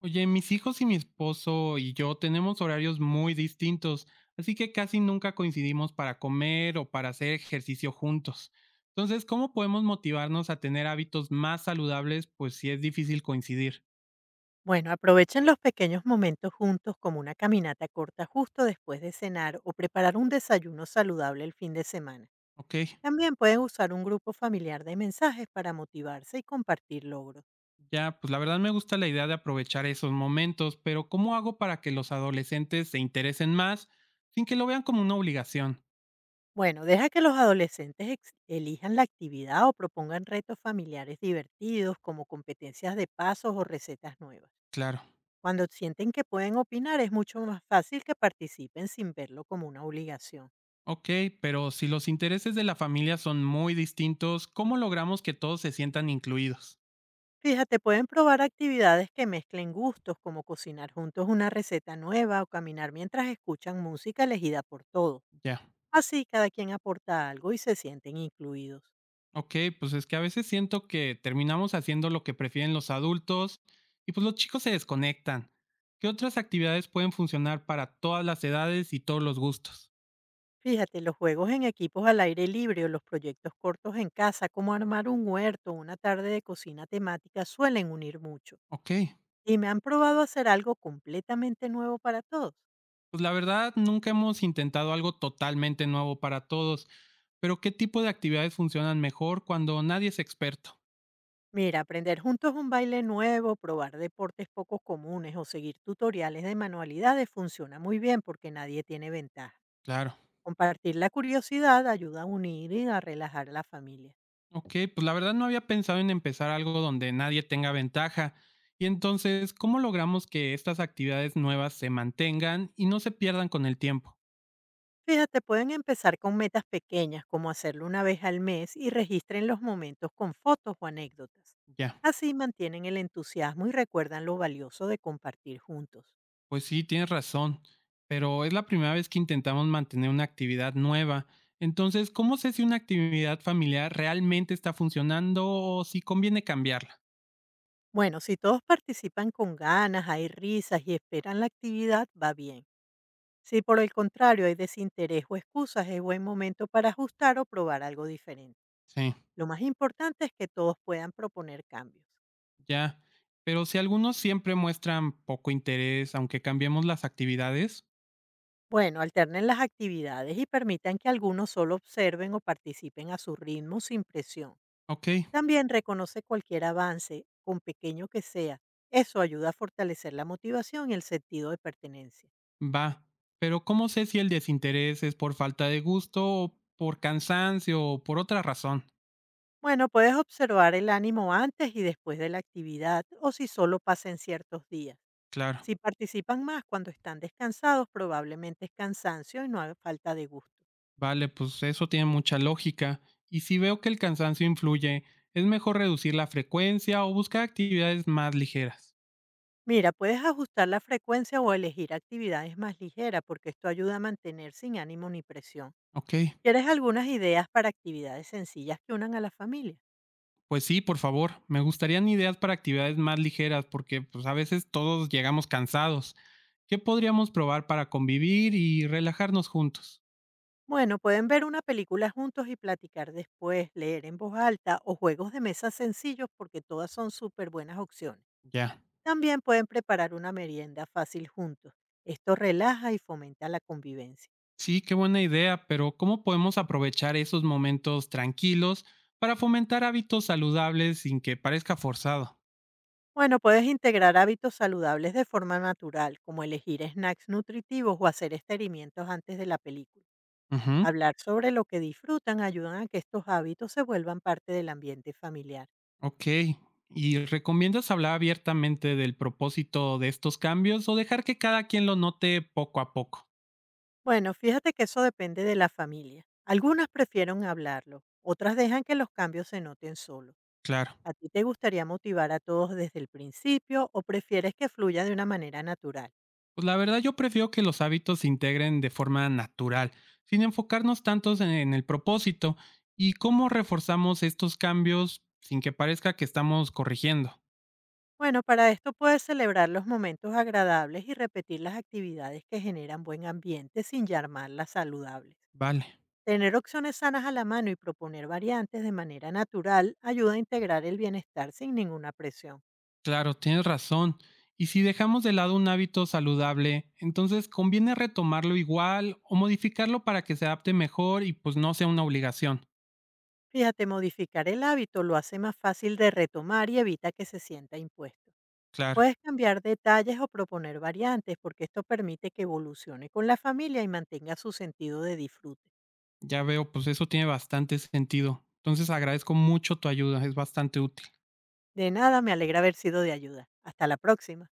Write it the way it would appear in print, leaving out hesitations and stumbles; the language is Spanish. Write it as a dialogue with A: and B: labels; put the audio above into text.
A: Oye, mis hijos y mi esposo y yo tenemos horarios muy distintos, así que casi nunca coincidimos para comer o para hacer ejercicio juntos. Entonces, ¿cómo podemos motivarnos a tener hábitos más saludables? Pues si es difícil coincidir.
B: Bueno, aprovechen los pequeños momentos juntos como una caminata corta justo después de cenar o preparar un desayuno saludable el fin de semana.
A: Ok,
B: También pueden usar un grupo familiar de mensajes para motivarse y compartir logros.
A: ya, pues la verdad me gusta la idea de aprovechar esos momentos, pero ¿cómo hago para que los adolescentes se interesen más sin que lo vean como una obligación?
B: Bueno, deja que los adolescentes elijan la actividad o propongan retos familiares divertidos como competencias de pasos o recetas nuevas.
A: Claro.
B: Cuando sienten que pueden opinar es mucho más fácil que participen sin verlo como una obligación.
A: Ok, pero si los intereses de la familia son muy distintos, ¿cómo logramos que todos se sientan incluidos?
B: Fíjate, pueden probar actividades que mezclen gustos, como cocinar juntos una receta nueva o caminar mientras escuchan música elegida por todos.
A: Ya,
B: Así cada quien aporta algo y se sienten incluidos.
A: ok, pues es que a veces siento que terminamos haciendo lo que prefieren los adultos y pues los chicos se desconectan. ¿Qué otras actividades pueden funcionar para todas las edades y todos los gustos?
B: Fíjate, los juegos en equipos al aire libre o los proyectos cortos en casa, como armar un huerto o una tarde de cocina temática, suelen unir mucho.
A: Ok,
B: Y me han probado hacer algo completamente nuevo para todos.
A: pues la verdad nunca hemos intentado algo totalmente nuevo para todos, pero ¿qué tipo de actividades funcionan mejor cuando nadie es experto?
B: Mira, aprender juntos un baile nuevo, probar deportes poco comunes o seguir tutoriales de manualidades funciona muy bien porque nadie tiene ventaja.
A: Claro.
B: Compartir la curiosidad ayuda a unir y a relajar a la familia.
A: Ok, pues la verdad no había pensado en empezar algo donde nadie tenga ventaja. Y entonces, ¿cómo logramos que estas actividades nuevas se mantengan y no se pierdan con el tiempo?
B: Fíjate, pueden empezar con metas pequeñas como hacerlo una vez al mes y registren los momentos con fotos o anécdotas.
A: Ya,
B: Así mantienen el entusiasmo y recuerdan lo valioso de compartir juntos.
A: pues sí, tienes razón, pero es la primera vez que intentamos mantener una actividad nueva. Entonces, ¿cómo sé si una actividad familiar realmente está funcionando o si conviene cambiarla?
B: Bueno, si todos participan con ganas, hay risas y esperan la actividad, va bien. Si por el contrario hay desinterés o excusas, es buen momento para ajustar o probar algo diferente.
A: Sí,
B: Lo más importante es que todos puedan proponer cambios.
A: ya. Pero si algunos siempre muestran poco interés, aunque cambiemos las actividades,
B: Bueno, alternen las actividades y permitan que algunos solo observen o participen a su ritmo sin presión.
A: ok,
B: También reconoce cualquier avance, con pequeño que sea. Eso ayuda a fortalecer la motivación y el sentido de pertenencia.
A: va, pero ¿cómo sé si el desinterés es por falta de gusto o por cansancio o por otra razón?
B: Bueno, puedes observar el ánimo antes y después de la actividad o si solo pasa en ciertos días.
A: Claro,
B: Si participan más cuando están descansados, probablemente es cansancio y no hay falta de gusto.
A: vale, pues eso tiene mucha lógica. Y si veo que el cansancio influye, es mejor reducir la frecuencia o buscar actividades más ligeras.
B: Mira, puedes ajustar la frecuencia o elegir actividades más ligeras porque esto ayuda a mantener sin ánimo ni presión.
A: Ok,
B: ¿Quieres algunas ideas para actividades sencillas que unan a la familia?
A: pues sí, por favor, me gustarían ideas para actividades más ligeras porque pues a veces todos llegamos cansados. ¿Qué podríamos probar para convivir y relajarnos juntos?
B: Bueno, pueden ver una película juntos y platicar después, leer en voz alta o juegos de mesa sencillos porque todas son súper buenas opciones.
A: Ya.
B: También pueden preparar una merienda fácil juntos. Esto relaja y fomenta la convivencia.
A: Sí, qué buena idea, pero ¿cómo podemos aprovechar esos momentos tranquilos para fomentar hábitos saludables sin que parezca forzado?
B: Bueno, puedes integrar hábitos saludables de forma natural, como elegir snacks nutritivos o hacer experimentos antes de la película.
A: Ujú,
B: Hablar sobre lo que disfrutan ayudan a que estos hábitos se vuelvan parte del ambiente familiar.
A: ok. ¿Y recomiendas hablar abiertamente del propósito de estos cambios o dejar que cada quien lo note poco a poco?
B: Bueno, fíjate que eso depende de la familia. Algunas prefieren hablarlo, otras dejan que los cambios se noten solo.
A: Claro.
B: ¿A ti te gustaría motivar a todos desde el principio o prefieres que fluya de una manera natural?
A: Pues la verdad yo prefiero que los hábitos se integren de forma natural, sin enfocarnos tantos en el propósito y cómo reforzamos estos cambios sin que parezca que estamos corrigiendo.
B: Bueno, para esto puedes celebrar los momentos agradables y repetir las actividades que generan buen ambiente sin llamarlas saludables.
A: Vale.
B: Tener opciones sanas a la mano y proponer variantes de manera natural ayuda a integrar el bienestar sin ninguna presión.
A: Claro, tienes razón. Y si dejamos de lado un hábito saludable, entonces conviene retomarlo igual o modificarlo para que se adapte mejor y pues no sea una obligación.
B: Fíjate, modificar el hábito lo hace más fácil de retomar y evita que se sienta impuesto.
A: Claro,
B: Puedes cambiar detalles o proponer variantes porque esto permite que evolucione con la familia y mantenga su sentido de disfrute.
A: ya veo, pues eso tiene bastante sentido. Entonces agradezco mucho tu ayuda, es bastante útil.
B: De nada, me alegra haber sido de ayuda. Hasta la próxima.